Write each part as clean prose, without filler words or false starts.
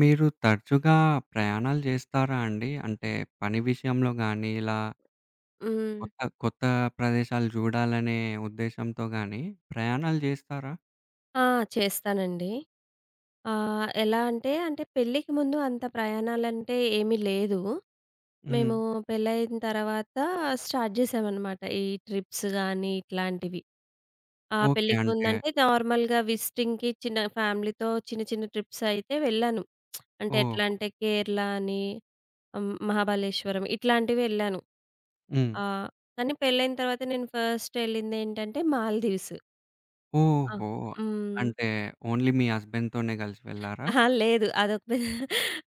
మీరు తరచుగా ప్రయాణాలు చేస్తారా అండి? అంటే పని విషయంలో గానీ, ఇలా హ్మ్. కొత్త కొత్త ప్రదేశాలు చూడాలనే ఉద్దేశ్యంతో గానీ ప్రయాణాలు చేస్తారా? ఆ! చేస్తానండి. ఎలా అంటే, పెళ్ళికి ముందు అంత ప్రయాణాలంటే ఏమీ లేదు. హ్మ్. మేము పెళ్ళయిన తర్వాత స్టార్ట్ జేశామనమాట. ఈ ట్రిప్స్ గానీ, ఇట్లాంటివి. ఆ! ఓకే. పెళ్ళికి అంటే ముందంటే నార్మల్‌గా విజిటింగ్‌కి చిన్న ఫ్యామిలీతో చిన్న, చిన్న ట్రిప్స్ అయితే వెళ్ళాను. అంటే ఓహో! ఎట్లా అంటే కేరళ అని, హ్మ్, మహాబలేశ్వరం ఇట్లాంటివి వెళ్ళాను. హ్మ్. ఆ! కానీ పెళ్ళైన తర్వాత నేను ఫస్ట్ ఎళ్ళిందేంటంటే మాల్దీవ్స్. ఆ! ఓహో! హ్మ్. అంటే ఓన్లీ మీ హస్బెండ్‌తోనే కలిసి వెళ్లారా? అహా! లేదు. అదొక పె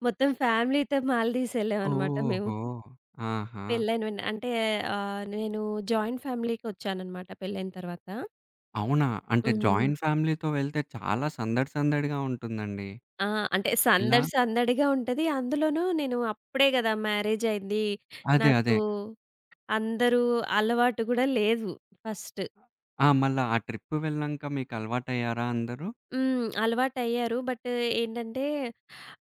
మొత్తం ఫ్యామిలీతో మాల్దీవ్స్ వెళ్ళామనమాట మేము. ఓహో! ఆహా! పెళ్ళైన వెంట అంటే నేను జాయింట్ ఫ్యామిలీకొచ్చాననమాట పెళ్ళైన తర్వాత. అవునా? అంటే హ్మ్. జాయింట్ ఫ్యామిలీతో వెళ్తే చాలా సందడి సందడిగా ఉంటుందండి. ఆ! అంటే ఇలా సందడి సందడిగా ఉంటది. అందులోనూ నేను అప్పుడే గదా! మ్యారేజయింది. అదే. నాకు అదే. అందరూ అలవాటు గూడా లేదు ఫస్ట్. ఆ! మళ్ళా ఆ ట్రిప్ వెళ్ళినంక మీకు అలవాటయ్యారా అందరూ? హ్మ్. అలవాటయ్యారు. బట్ ఏంటంటే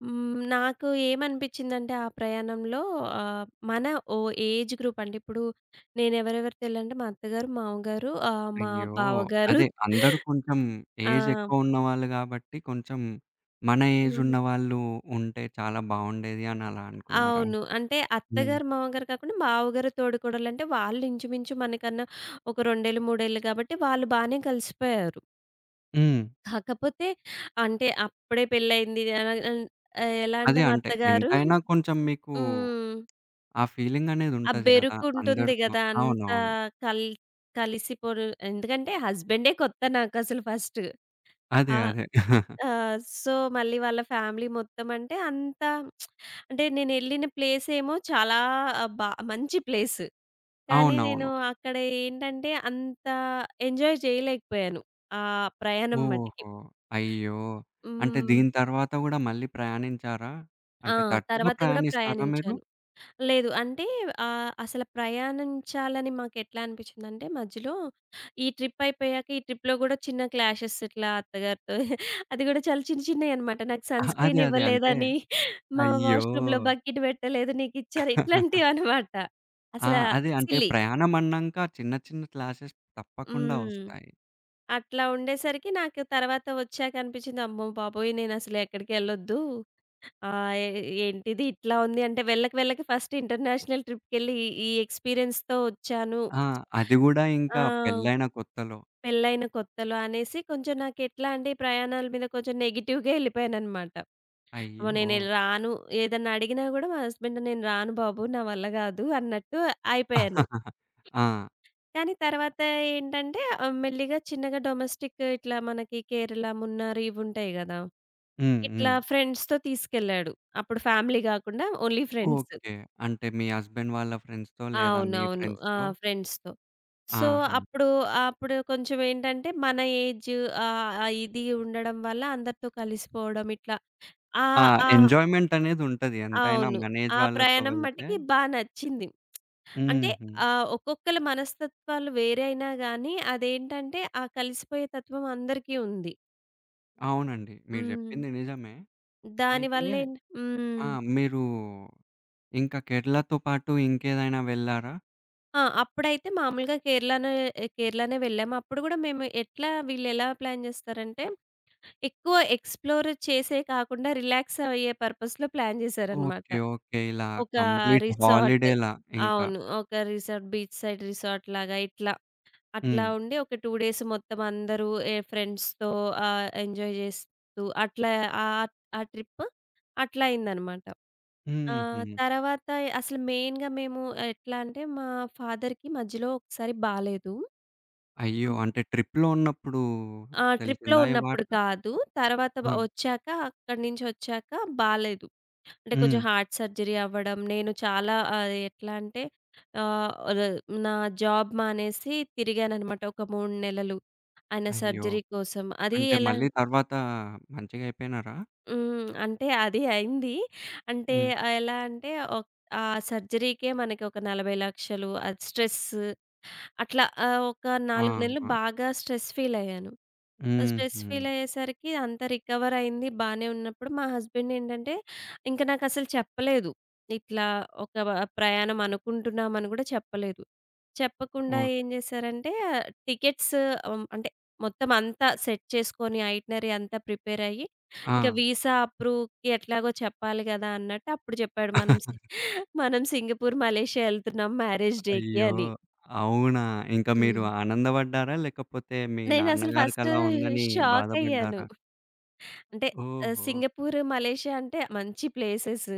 హ్మ్. నాకు ఏమనిపించిందంటే ఆ ప్రయాణంలో ఆహ్, మన ఓ ఏజ్ గ్రూప్ అంటే ఇప్పుడు నేనెవరెవరు తెలంటే మా అత్తగారు, మామగారు మా అయ్యో! బావగారు. అదే అందరూ కొంచెం ఆ! ఏజ్ ఎక్కువ ఉన్నవాళ్ళు గాబట్టి, కొంచెం మన ఏజ్ హుహు. ఉన్నవాళ్ళు ఉంటే చాలా బావుండేది అని అలా అనుకున్నారా? అవును. అంటే హ్మ్. అత్తగారు, మామగారు కాకుండా బావగారు, తోడికోడలంటే వాళ్ళు ఇంచుమించు మనకన్నా ఒక 2 ఏళ్ళు, 3 ఏళ్ళు కాబట్టి వాళ్ళు బానే కలిసిపోయారు. హ్మ్. కాకపోతే అంటే అప్పుడే పెళ్లయింది. ఎలా అంటే అదే మా అంటే అత్తగారు ఎంతైనా కొంచెం మీకు హ్మ్. ఆ ఫీలింగ్ అనేది ఆ ఉంటది గదా! బెరుకుంటుంది అందరితో గదా! అంతా అవునవును. కల్ కలిసిపోరు ఎందుకంటే హస్బెండే కొత్త నాకసలు ఫస్ట్. అదే. ఆ! అదే. సో, మళ్ళీ వాళ్ళ ఫ్యామిలీ మొత్తం అంటే అంత అంటే నేనెళ్ళిన ప్లేసేమో చాలా బా మంచి ప్లేసు. కానీ అవునవును. నేను అక్కడ ఏంటంటే అంత ఎంజాయ్ చేయలేకపోయాను. ఆ ప్రయాణం మటికి. ఓహో! అయ్యో! అంటే హ్మ్. దీని తర్వాత గూడా మళ్ళీ ప్రయాణించారా? ఆ! అంటే తరచుగా తర్వాత గూడా ప్రయాణిస్తారా మీరు? ప్రయాణించాను. లేదు. అంటే అసల ప్రయాణించాలని మాకెట్లా అనిపించిందంటే మధ్యలో ఈ ట్రిప్ అయిపోయాక ఈ ట్రిప్‌లో గూడా చిన్న క్లాషెస్ ఇట్లా అత్తగారితో అది గూడా చాలా చిన్న చిన్నయనమాట. నాకు సన్ అదే. స్క్రీన్ అదే. అంటే ఇవ్వలేదని, మా అయ్యో! వాష్‌రూమ్‌లో బకెట్ పెట్టలేదు నీకిచ్చారు ఇట్లాంటివనమాట. ఆ! అసలా అదే అంటే సిల్లీ. ప్రయాణం అన్నాంక చిన్న చిన్న క్లాషెస్ తప్పకుండా హ్మ్. వస్తాయి. అట్లా ఉండేసరికి నాకు తర్వాత వచ్చాక అనిపించింది అమ్మో బాబోయ్! నేనసలు ఎక్కడికెళ్ళొద్దు. ఆ! ఎ ఏంటిది ఇట్లా ఉంది అంటే వెళ్ళక వెళ్ళక ఫస్ట్ ఇంటర్నేషనల్ ట్రిప్‌కెళ్ళి ఈ ఈ ఎక్స్‌పీరియన్స్‌తో వచ్చాను. ఆ! అది గూడా ఆ! ఇంకా పెళ్ళైన కొత్తలో. పెళ్ళైన కొత్తలో అనేసి కొంచెం నాకెట్లా అంటే ఈ ప్రయాణాల మీద కొంచెం నెగెటివ్‌గా ఎళ్ళిపోయాననమాట. అమ్మో! అయ్యో! నేను రాను. ఏదన్నా అడిగినా గూడా మా హస్బెండ్ నేను రాను బాబు నా వల్ల గాదు అన్నట్టు అయిపోయాను. ఆ! కానీ తర్వాత ఏంటంటే మెల్లిగా చిన్నగా డొమెస్టిక్ ఇట్లా మనకి కేరళ, మున్నార్ ఇవుంటాయి గదా! హ్మ్. హ్మ్. ఇట్లా ఫ్రెండ్స్‌తో తీసుకెళ్ళాడు. అప్పుడు ఫ్యామిలీ గాకుండా ఓన్లీ ఫ్రెండ్స్. ఓకే. అంటే మీ హస్బెండ్ వాళ్ళ ఫ్రెండ్స్‌తో లేదా మీ అవునవును. ఆ! ఫ్రెండ్స్‌తో ఫ్రెండ్స్‌తో. సో, ఆహా! అప్పుడు, అప్పుడు కొంచెం ఏంటంటే మన ఏజ్ ఆ ఇది ఉండడం వల్ల అందరితో కలిసిపోవడం ఇట్లా. ఆ! ఆ! ఆ! ఎంజాయ్‌మెంట్ అనేదుంటది. ఎంతైనా అవును. మన ఏజ్ ఆ వాళ్ళతో ప్రయాణం వెళ్తే మటికి బా నచ్చింది. అంటే హుహు. ఒక్కొక్కళ్ళ మనస్తత్వాలు వేరే అయినా గానీ అదేంటంటే ఆ కలిసిపోయే తత్వం అందరికీ ఉంది. అవునండి. మీరు హ్మ్. జెప్పింది నిజమే. అయితే దానివల్లేం ఆ! హ్మ్. మీరు ఇంకా కేరళతో పాటు ఇంకేదైనా వెళ్లారా? ఆ! అప్పుడైతే మామూలుగా కేరళనే కేరళనే వెళ్ళాము. అప్పుడు గూడా మేము ఎట్లా వీళ్ళెలా ప్లాన్ జేస్తారంటే ఎక్కువ ఎక్స్‌ప్లోర్ చేసే కాకుండా రిలాక్స్ అయ్యే పర్పస్‌లో ప్లాన్ చేశారనమాట. ఓకే. ఓకే. ఇలా ఒక కంప్లీట్ రిసార్ట్ హాలిడేలా ఇంకా. అవును. ఒక రిసార్ట్ బీచ్ సైడ్ రిసార్ట్‌లాగా ఇట్లా. అట్లా హ్మ్. ఉండి ఒక 2 డేస్ మొత్తం అందరూ ఏ ఫ్రెండ్స్‌తో ఎంజాయ్ చేస్తూ అట్లా ఆహ్, ఆ ట్రిప్ అట్లా అయిందనమాట. ఆ! హుహు. తర్వాత అసలు మెయిన్‌గా మేము ఎట్లా అంటే మా ఫాదర్‌కి మధ్యలో ఒకసారి బాలేదు. అయ్యో! అంటే ట్రిప్‌లో ఉన్నప్పుడు ఆ! ట్రిప్‌లో తెలిసిందా ఈ ఉన్నప్పుడు వార్త? కాదు. తర్వాత ఆ! వచ్చాక అక్కడి నుంచొచ్చాక బాలేదు. అంటే హ్మ్. కొంచెం హార్ట్ సర్జరీ అవ్వడం, నేను చాలా ఎట్లా అంటే ఆహ్, ర నా జాబ్ మానేసి తిరిగాననమాట ఒక 3 నెలలు. ఆయన అయ్యో! సర్జరీ కోసం. అది అంటే ఎలా మళ్ళీ తర్వాత మంచిగా అయిపోయినారా? హ్మ్. అంటే అది అయింది. అంటే హ్మ్. ఎలా అంటే ఒక్ ఆ సర్జరీకే మనకి ఒక 40,00,000 అది స్ట్రెస్. అట్లా ఒక 4 నెలలు ఆహా! బాగా స్ట్రెస్ ఫీలయ్యాను. ఆ స్ట్రెస్ హుహు. ఫీలయ్యేసరికి అంతా రికవర్ అయింది. బానే ఉన్నప్పుడు మా హస్బెండ్ ఏంటంటే, ఇంక నాకసలు చెప్పలేదు. ఇట్లా ఒక ప్రయాణం అనుకుంటున్నామని గూడా చెప్పలేదు. చెప్పకుండా ఓకే. ఏం జేశారంటే, టికెట్స్ హ్మ్, అంటే మొత్తం అంతా సెట్ చేసుకొని ఐటినరీ అంతా ప్రిపేర్ అయ్యి, ఆ! ఇంక వీసా అప్రూవ్‌కి ఎట్లాగో చెప్పాలి గదా! అన్నట్టు అప్పుడు చెప్పాడు. మనం సింగపూర్, మలేషియా ఎళ్తున్నాం మ్యారేజ్ డేకి అయ్యో! అని. అవునా? ఇంకా మీరు హ్మ్. ఆనందపడ్డారా? లేకపోతే మీ నేనసలు ఫస్టు నాన్నగారికలా ఉందని షాకయ్యాను. బాధపడ్డారా? అంటే ఓహో! సింగపూర్, మలేషియా అంటే మంచి ప్లేసెస్.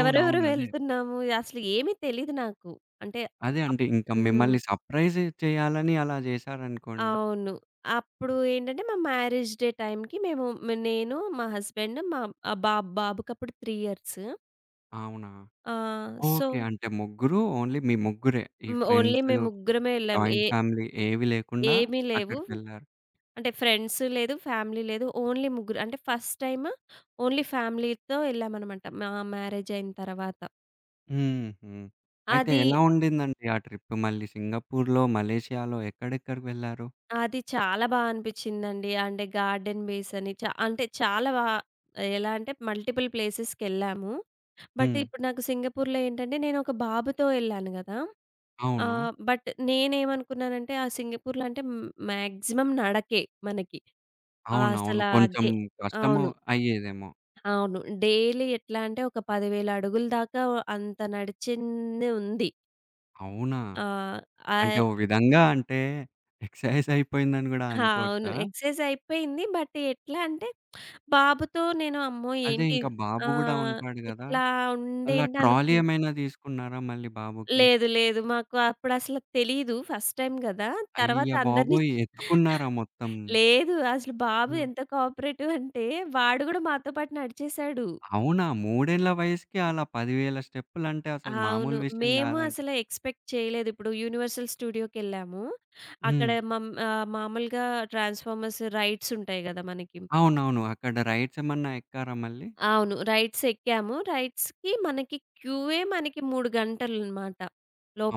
ఎవరెవరు అదే. వెళ్తున్నాము అసలు ఏమీ తెలీదు నాకు. అంటే అదే అప్ అంటే ఇంక హ్మ్. మిమ్మల్ని సర్‌ప్రైజ్ చేయాలని అలా చేశారనుకోండి. అవును. అప్పుడు ఏంటంటే మా మ్యారేజ్ డే టైమ్‌కి మేము నేను, మా హస్బెండ్, మా ఆ బాబుకప్పుడు 3 ఇయర్స్. అవునా? ఆహ్, సో, ఓకే. అంటే ముగ్గురు ఓన్లీ మీ ముగ్గురే. ఈ హ్మ్. ఓన్లీ ఫ్రెండ్స్, మేము ముగ్గురమే ఎళ్ళాము. జాయింట్ ఫ్యామిలీ ఏవి లేకుండా ఏమీ లేవు. అక్కడికెళ్లారు. అంటే ఫ్రెండ్స్ లేదు, ఫ్యామిలీ లేదు. ఓన్లీ ముగ్గురు. అంటే ఫస్ట్ టైమ్ ఓన్లీ ఫ్యామిలీతో ఎళ్ళామనమాట. మా మ్యారేజ్ అయిన తర్వాత. హుహు. అయితే అది ఎలా ఉండిందండి ఆ ట్రిప్ మళ్ళీ సింగపూర్‌లో, మలేషియాలో ఎక్కడెక్కడికి వెళ్లారు? అది చాలా బా అనిపించిందండి. అంటే గార్డెన్ బేస్ అని అంటే చాలా బా ఎలా అంటే మల్టిపుల్ ప్లేసెస్‌కెళ్ళాము. బట్ హ్మ్. ఇప్పుడు నాకు సింగపూర్‌లో ఏంటంటే నేను ఒక బాబుతో ఎళ్ళాను గదా! అవును. బట్ నేనేమనుకున్నానంటే ఆ సింగపూర్‌లో అంటే మ్యాక్సిమం నడకే మనకి. అవునవును. అసల కొంచెం డే కష్టము అవును. అయ్యేదేమో. అవును. డైలీ ఎట్లా అంటే ఒక 10,000 అడుగుల దాకా అంత నడిచింది ఉంది. అవునా? ఆహ్, అంటే ఆహ్, ఓ విధంగా అంటే ఎక్సర్‌సైజ్ అయిపోయిందని గూడా ఆ! అవును. అనుకోవచ్చా? ఎక్సర్‌సైజ్ అయిపోయింది. బట్ ఎట్లా అంటే బాబుతో నేను అమ్మో! అదే ఏంటి ఇంకా బాబు ఆ! గూడా ఉంటాడు గదా! ఇట్లా అలా ఉందేంటి ట్రాలీ అనుకున్నా. ఏమైనా తీసుకున్నారా మళ్ళీ బాబుకి? లేదు. లేదు. మాకు అప్పుడసలు తెలీదు. ఫస్ట్ టైమ్ కదా! అయ్య తర్వాత అందరిని బాబోయ్! చు ఎత్తుకున్నారా మొత్తం? లేదు. అసలు బాబు ఆ! ఎంత కోఆపరేటివ్ అంటే వాడు గూడా మాతో పాటు నడిచేసాడు. అవునా? మూడేండ్ల వయసుకి అలా 10,000 స్టెప్పులంటే అసలు అవును. మామూలు విషయం మేము గాదండి. అసలు ఎక్స్‌పెక్ట్ చేయలేదు. ఇప్పుడు 'యూనివర్సల్ స్టూడియో'కెళ్ళాము. అక్కడ హ్మ్. మామూలుగా ట్రాన్స్‌ఫార్మర్స్ రైడ్స్ ఉంటాయి గదా! మనకి. అవునవును. అక్కడ రైడ్స్ ఏమన్నా ఎక్కారా మళ్ళీ? అవును. రైడ్స్ ఎక్కాము. రైడ్స్‌కి మనకి క్యూయే మనకి 3 గంటలనమాట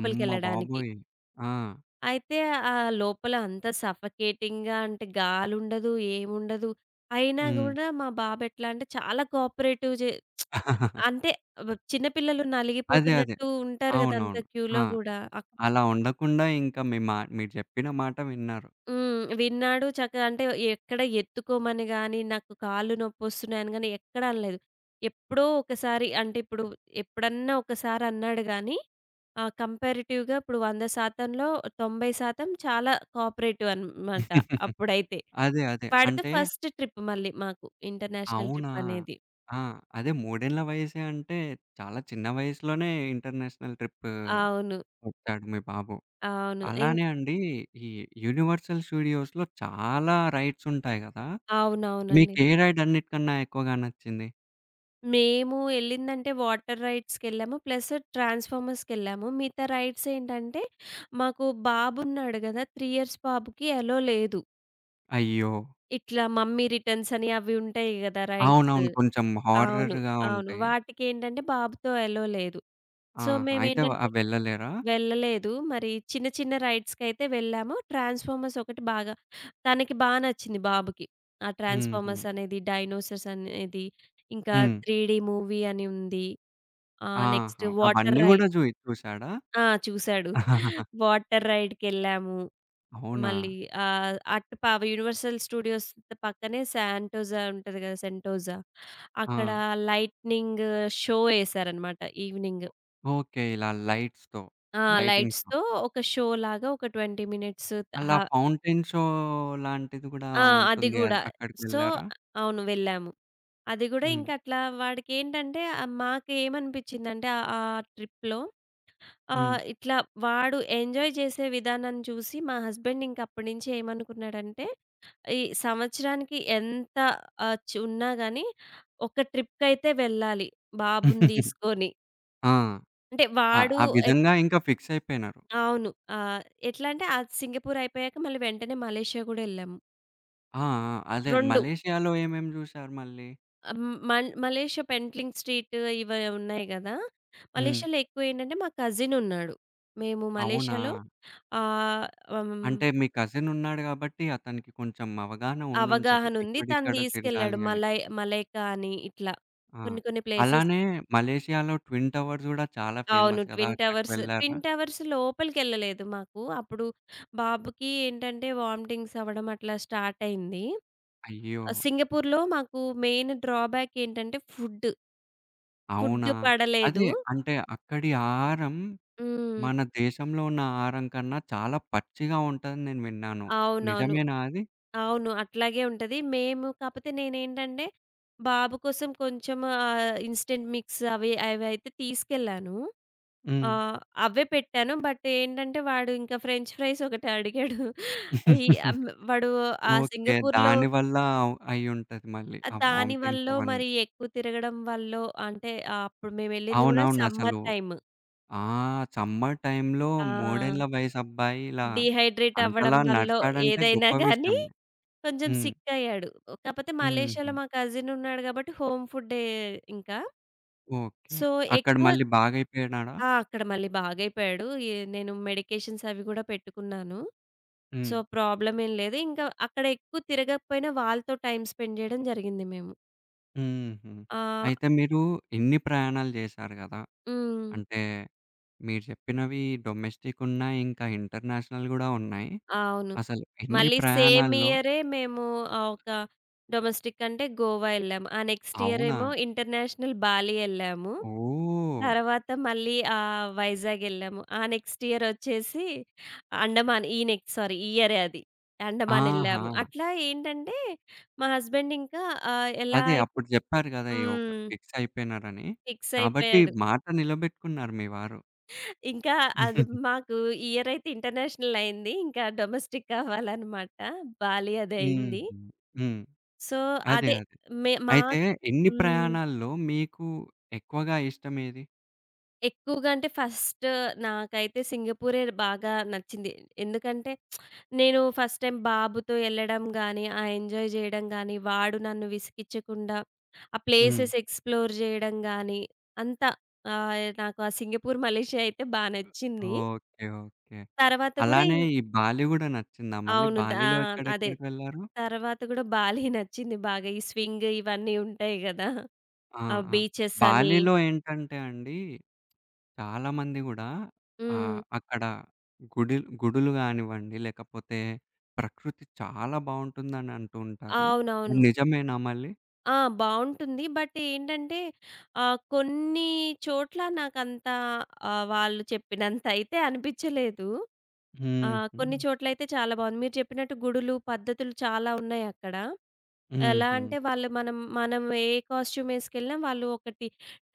అమ్మ బాబోయ్! ఆ! అయితే ఆ లోపల అంత సఫకేటింగ్‌గా అంటే గాలుండదు, ఏముండదు. అయినా హ్మ్. గూడా మా బాబు ఎట్లా అంటే చాలా కోఆపరేటివ్ జే. అంటే చిన్న పిల్లలు అదే. అదే. నలిగిపోతున్నట్టు ఉంటారు గదా! అంత అవునవును. క్యూలో ఆ! గూడా. అలా ఉండకుండా ఇంకా మీ మా మీరు జెప్పిన మాట విన్నారు. హ్మ్. విన్నాడు చక్కగా అంటే ఎక్కడ ఎత్తుకోమని గాని, నాకు కాళ్ళు నొప్పొస్తున్నాయని గాని ఎక్కడ అనలేదు. ఎప్పుడో ఒకసారి అంటే ఇప్పుడు ఎప్పుడన్నా ఒకసారి అన్నాడు గానీ కంపారిటివ్‌గా ఇప్పుడు 100% 90% చాలా కోఆపరేటివ్ అనమాట అప్పుడైతే. అదే. అదే. వాడితో అంటే ఫస్ట్ ట్రిప్ మళ్ళీ మాకు ఇంటర్నేషనల్ అవునా? ట్రిప్ అనేది. ఆ! అదే మూడేళ్ళ వయసే అంటే చాలా చిన్న వయసులోనే ఇంటర్నేషనల్ ట్రిప్ ఓకే. అవును. వచ్చాడు మీ బాబు. అవును. ఇం అలానే అండి ఈ యూనివర్సల్ స్టూడియోస్‌లో చాలా రైడ్స్ ఉంటాయి గదా! మీకు అవునవునండి. ఏ రైడ్ అన్నిటికన్నా ఎక్కువగా నచ్చింది? మేము ఎళ్ళిందంటే వాటర్ రైడ్స్‌కెళ్ళాము. ప్లస్ ట్రాన్స్‌ఫార్మర్స్‌కెళ్ళాము. మిగతా రైడ్స్ ఏంటంటే, మాకు బాబున్నాడు గదా! 3 ఇయర్స్ బాబుకి ఎలో లేదు. అయ్యో! ఇట్లా మమ్మీ రిటర్న్స్ అని అవి ఉంటాయి గదా! రైడ్స్. అవునవును. కొంచెం అవును. హారర్‌గా అవును. ఉంటాయి. వాటికేంటంటే బాబుతో ఎలో లేదు. సో, ఆహా! అయితే మేమేంటంటే అవి వెళ్ళలేరా? వెళ్ళలేదు. మరి చిన్న, చిన్న రైడ్స్‌కైతే వెళ్ళాము. ట్రాన్స్‌ఫార్మర్స్ ఒకటి బాగా తనకి బా నచ్చింది బాబుకి. ఆ హుహు. ట్రాన్స్‌ఫార్మర్స్ అనేది, డైనోసార్స్ అనేది, ఇంకా హ్మ్. 3 డీ మూవీ అని ఉంది. నెక్స్ట్ ఆహా! వాటర్ అవన్నీ గూడా రైడ్. జూ చూసాడా? ఆ! చూసాడు. వాటర్ రైడ్‌కెళ్ళాము. అవునా? మళ్ళీ అటు యూనివర్సల్ స్టూడియోస్ పక్కనే శాంటోజా ఉంటది కదా! సెంటోజా ఆ! అక్కడ లైట్నింగ్ షో ఏసారనమాట ఈవెనింగ్. ఓకే. ఇలా లైట్స్‌తో ఆ! లైటింగ్స్ లైట్స్‌తో ఒక షో లాగా ఒక 20 మినిట్స్. అలా హ ఫౌంటైన్ షో లాంటిది గూడా ఆ! అది ఉంటుంది. గూడా. అక్కడికి సో వెళ్లారా? అవును. వెళ్ళాము. అది గూడా హ్మ్. ఇంక అట్లా వాడికేంటంటే మాకేమనిపించిందంటే ఆ ట్రిప్‌లో హ్మ్. ఇట్లా వాడు ఎంజాయ్ చేసే విధానాన్ని చూసి మా హస్బెండ్ ఇంక అప్పటి నుంచి ఏమనుకున్నాడంటే, ఈ సంవత్సరానికి ఎంత ఆహ్, చ్ ఉన్నా గాని ఒక ట్రిప్‌కైతే వెళ్ళాలి బాబుని తీసుకొని. ఆ! అంటే ఆ! వాడు ఆ విధంగా ఇంకా ఫిక్స్ అయిపోయినారు. అవును. ఆహ్, ఎట్లా అంటే అది సింగపూర్ అయిపోయాక మళ్ళీ వెంటనే మలేషియా గూడా ఎళ్ళాము. ఆ! ఆ! అదే 2 మలేషియాలో ఏమేమి జూసారు మళ్ళీ? హ్మ్. మలేషియా పెంట్లింగ్ స్ట్రీట్ ఇవి ఉన్నాయి గదా! హ్మ్. మలేషియాలో ఎక్కువేంటంటే మా కజిన్ ఉన్నాడు. మేము అవునా? మలేషియాలో ఆహ్, హ్మ్. అంటే మీ కజిన్ ఉన్నాడు గాబట్టి అతనికి కొంచెం అవగాహన ఉండుంటది. అవగాహన ఉంది. తను ఇక్కడిక్కడ తీసుకెళ్ళాడు. తిరగాలి అని. మలైకా అని ఇట్లా ఆ! కొన్ని కొన్ని ప్లేసెస్. అలానే మలేషియాలో ట్విన్ టవర్స్ గూడా చాలా అవును. ఫేమస్ గదా! అక్కడికి ట్విన్ వెళ్లారా? టవర్స్ లోపలికెళ్ళలేదు మాకు. అప్పుడు బాబుకి ఏంటంటే వామిటింగ్స్ అవ్వడం అట్లా స్టార్ట్ అయింది. అయ్యో! సింగపూర్‌లో మాకు మెయిన్ డ్రాబ్యాక్ ఏంటంటే ఫుడ్. ఫుడ్ అవునా? అదే పడలేదు. అంటే అక్కడి ఆహారం హ్మ్. మన దేశంలో ఉన్న ఆహారం కన్నా చాలా పచ్చిగా ఉంటదని నేను విన్నాను. అవునవును. నిజమేనా అది? అవును. అట్లాగే ఉంటది. మేము కాపోతే నేనేంటంటే బాబు కోసం కొంచెం ఇన్‌స్టంట్ మిక్స్ అవి అవైతే తీసుకెళ్ళాను. హ్మ్. ఆహ్, అవే పెట్టాను. బట్ ఏంటంటే వాడు ఇంకా ఫ్రెంచ్ ఫ్రైస్ ఒకటి అడిగాడు. ఈ అమ్ వాడు ఆ ఓకే. సింగపూర్‌లో దానివల్ల అయ్యుంటది మళ్ళీ. ఆ దాని వామిటింగ్స్ వల్లో అవన్నీ. మరి ఎక్కువ తిరగడం వల్లో అంటే అప్పుడు మేమెళ్ళింది గూడా అవునవును. సమ్మర్ అసలు టైమ్. ఆ! సమ్మర్ టైమ్‌లో ఆ! మూడేండ్ల వయసు అబ్బాయి ఇలా డీహైడ్రేట్ అవ్వడం అంతలా వల్లో నడిచాడంటే ఏదైనా గొప్ప గానీ విషయమే. కొంచెం హ్మ్. సిక్ అయ్యాడు. కాపోతే హుహు. మలేషియాలో మా కజిన్ ఉన్నాడు గాబట్టి హోమ్ ఫుడ్డే ఇంకా. ఓకే. సో, అక్కడ ఎక్కువ మళ్ళీ బాగయిపోయినాడా? ఆ! అక్కడ మళ్ళీ బాగయిపోయాడు. నేను మెడికేషన్స్ అవి గూడా పెట్టుకున్నాను. హ్మ్. సో, ప్రాబ్లమ్ ఏం లేదు. ఇంకా అక్కడ ఎక్కువ తిరగకపోయినా వాళ్ళతో టైమ్ స్పెండ్ జేయడం జరిగింది మేము. హుహు. ఆ! అయితే మీరు ఇన్ని ప్రయాణాలు జేశారు గదా! హ్మ్. అంటే మీరు చెప్పినవి డొమెస్టిక్ ఉన్నాయి. ఇంకా ఇంటర్నేషనల్ గూడా ఉన్నాయి. అవును. అసలు ఎన్ని మళ్ళీ సేమ్ ప్రయాణాల్లో ఇయరే మేము ఆహ్, ఒక డొమెస్టిక్ అంటే గోవా ఎళ్ళాము. ఆ నెక్స్ట్ ఇయర్ అవునా? ఏమో ఇంటర్నేషనల్ బాలి ఎళ్ళాము. ఓహ్! తర్వాత మళ్ళీ వైజాగ్ ఎళ్ళాము. ఆ నెక్స్ట్ ఇయర్ ఒచ్చేసి అండమాన్ ఈ నెక్స్ట్ సారీ ఈ ఇయరే అది. అండమాన్ ఆహా! ఎళ్ళాము. అట్లా ఏంటంటే మా హస్బెండ్ ఇంకా ఆహ్, ఎలా అదే అయి అప్పుడు జెప్పారు గదా! ఈ ఒక హ్మ్. ఫిక్స్ అయిపోయినారని. ఫిక్స్ కాబట్టి అయిపోయాడు. మాట నిలబెట్టుకున్నారు మీ వారు. ఇంకా అది మాకు ఇయర్ అయితే ఇంటర్నేషనల్ అయింది. ఇంకా డొమెస్టిక్ అవ్వాలన్నమాట. బాలి అది అయింది. హుహు. హ్మ్. సో, అదే. అదే అదే. మే మా అయితే ఎన్ని హ్మ్. ప్రయాణాల్లో మీకు ఎక్కువగా ఇష్టమేది? ఎక్కువగా అంటే ఫస్ట్ నాకైతే సింగపూరే బాగా నచ్చింది. ఎందుకంటే నేను ఫస్ట్ టైం బాబుతో ఎళ్ళడం గానీ, ఆ ఎంజాయ్ జేయడం గానీ, వాడు నన్ను విసిగిచ్చకుండా ఆ హ్మ్. ప్లేసెస్ ఎక్స్‌ప్లోర్ జేయడం గానీ, అంతా నాకు ఆ సింగపూర్, మలేషియా అయితే బా నచ్చింది. ఓకే. ఓకే. తర్వాత కూడా అలానే ఈ బాలి గూడా నచ్చిందా మళ్ళీ? అవును. బాలిలో అదే. ఎక్కడెక్కడికి వెళ్లారు? తర్వాత గూడా బాలి నచ్చింది బాగా. ఈ స్వింగ్ ఇవన్నీ ఉంటాయి గదా! ఆ! ఆ ఆ! బీచెస్ అని. బాలీలో ఏంటంటే అండి, చాలామంది గూడా హ్మ్. ఆహ్, అక్కడ గుడి గుడులు గానివ్వండి, లేకపోతే ప్రకృతి చాలా బావుంటుందని అంటూ ఉంటారు. అది అవునవును. నిజమేనా మళ్ళీ? ఆ! బావుంటుంది. బట్ ఏంటంటే కొన్ని చోట్ల నాకంత వాళ్ళు చెప్పినంత అయితే అనిపిచ్చలేదు. హుహు. కొన్ని చోట్లయితే చాలా బావుంది. మీరు చెప్పినట్టు గుడులు, పద్ధతులు చాలా ఉన్నాయక్కడ. ఎలా హుహు. అంటే వాళ్ళు మనం మనం ఏ కాస్ట్యూమ్ ఏసుకెళ్ళినా వాళ్ళు ఒకటి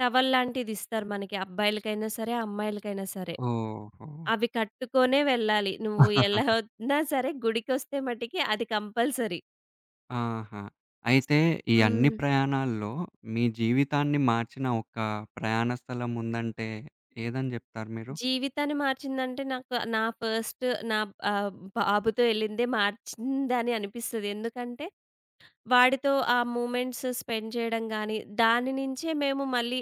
టవల్ లాంటిదిస్తారు మనకి. అబ్బాయిలకైనా సరే, అమ్మాయిలకైనా సరే. ఓహో! అవి కట్టుకొనే వెళ్ళాలి. నువ్వు ఎలా ఉన్నా సరే గుడికొస్తే మటికి అది కంపల్సరీ. ఆహా! అయితే ఈ అన్ని హ్మ్. ప్రయాణాల్లో మీ జీవితాన్ని మార్చిన ఒక ప్రయాణ స్థలం ఉందంటే ఏదని జెప్తారు మీరు? జీవితాన్ని మార్చిందంటే నాకు నా ఫస్ట్ నా ఆహ్, బాబుతో ఎళ్ళిందే మార్చిందని అనిపిస్తది. ఎందుకంటే వాడితో ఆ మూమెంట్స్ స్పెండ్ చేయడం గానీ, దాని నుంచే మేము మళ్ళీ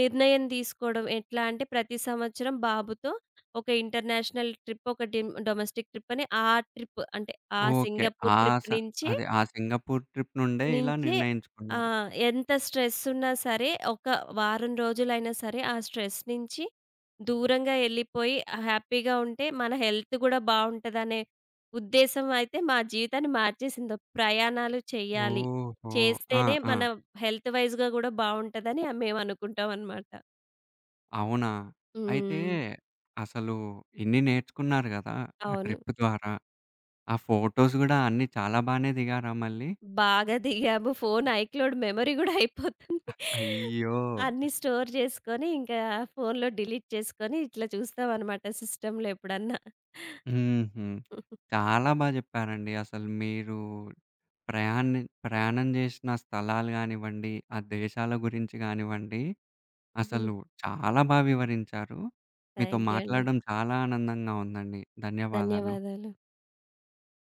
నిర్ణయం తీసుకోవడం. ఎట్లా అంటే ప్రతి సంవత్సరం బాబుతో ఒక ఇంటర్నేషనల్ ట్రిప్, ఒక డొమెస్టిక్ ట్రిప్ అని ఆ ట్రిప్ అంటే ఆ ఓకే. సింగపూర్ ఆ ట్రిప్ స నుంచే అదే ఆ సింగపూర్ ట్రిప్ నుండే ఇలా నించే ఆ! నిర్ణయించుకున్నారు. ఎంత స్ట్రెసున్నా సరే, ఒక వారం రోజులైనా సరే, ఆ స్ట్రెస్ నించి దూరంగా ఎళ్ళిపోయి హ్యాపీగా ఉంటే, మన హెల్త్ గూడా బావుంటదనే ఉద్దేశం అయితే మా జీవితాన్ని మార్చేసింది. ప్రయాణాలు చెయ్యాలి. ఓహో! ఆ! చేస్తేనే ఆ! మన హెల్త్ వైస్‌గా గూడా బావుంటదని మేమనుకుంటామనమాట. అవునా? అయితే హ్మ్. అసలు ఇన్ని నేర్చుకున్నారు గదా! ఆ అవును. ట్రిప్ ద్వారా. ఆ ఫోటోస్ గూడా అన్నీ చాలా బానే దిగారా మళ్ళీ? బాగా దిగాము. ఫోను ఐక్లౌడ్ మెమరీ గూడా అయిపోతుంది. అయ్యో! అన్నీ స్టోర్ చేసుకొని, ఇంకా ఫోనులో డిలీట్ చేసుకొని, ఇట్లా చూస్తామనమాట సిస్టమ్‌లో ఎప్పుడన్నా. హుహు. చాలా బా జెప్పారండి. అసలు మీరు ప్రయాణం జేసిన స్థలాలు గానివ్వండి, ఆ దేశాల గురించి గానివ్వండి, అసలు చాలా బా వివరించారు. మీతో థ్యాంక్ యూ అండి. మాట్లాడడం చాలా ఆనందంగా ఉందండి. ధన్యవాదాలు. ధన్యవాదాలు.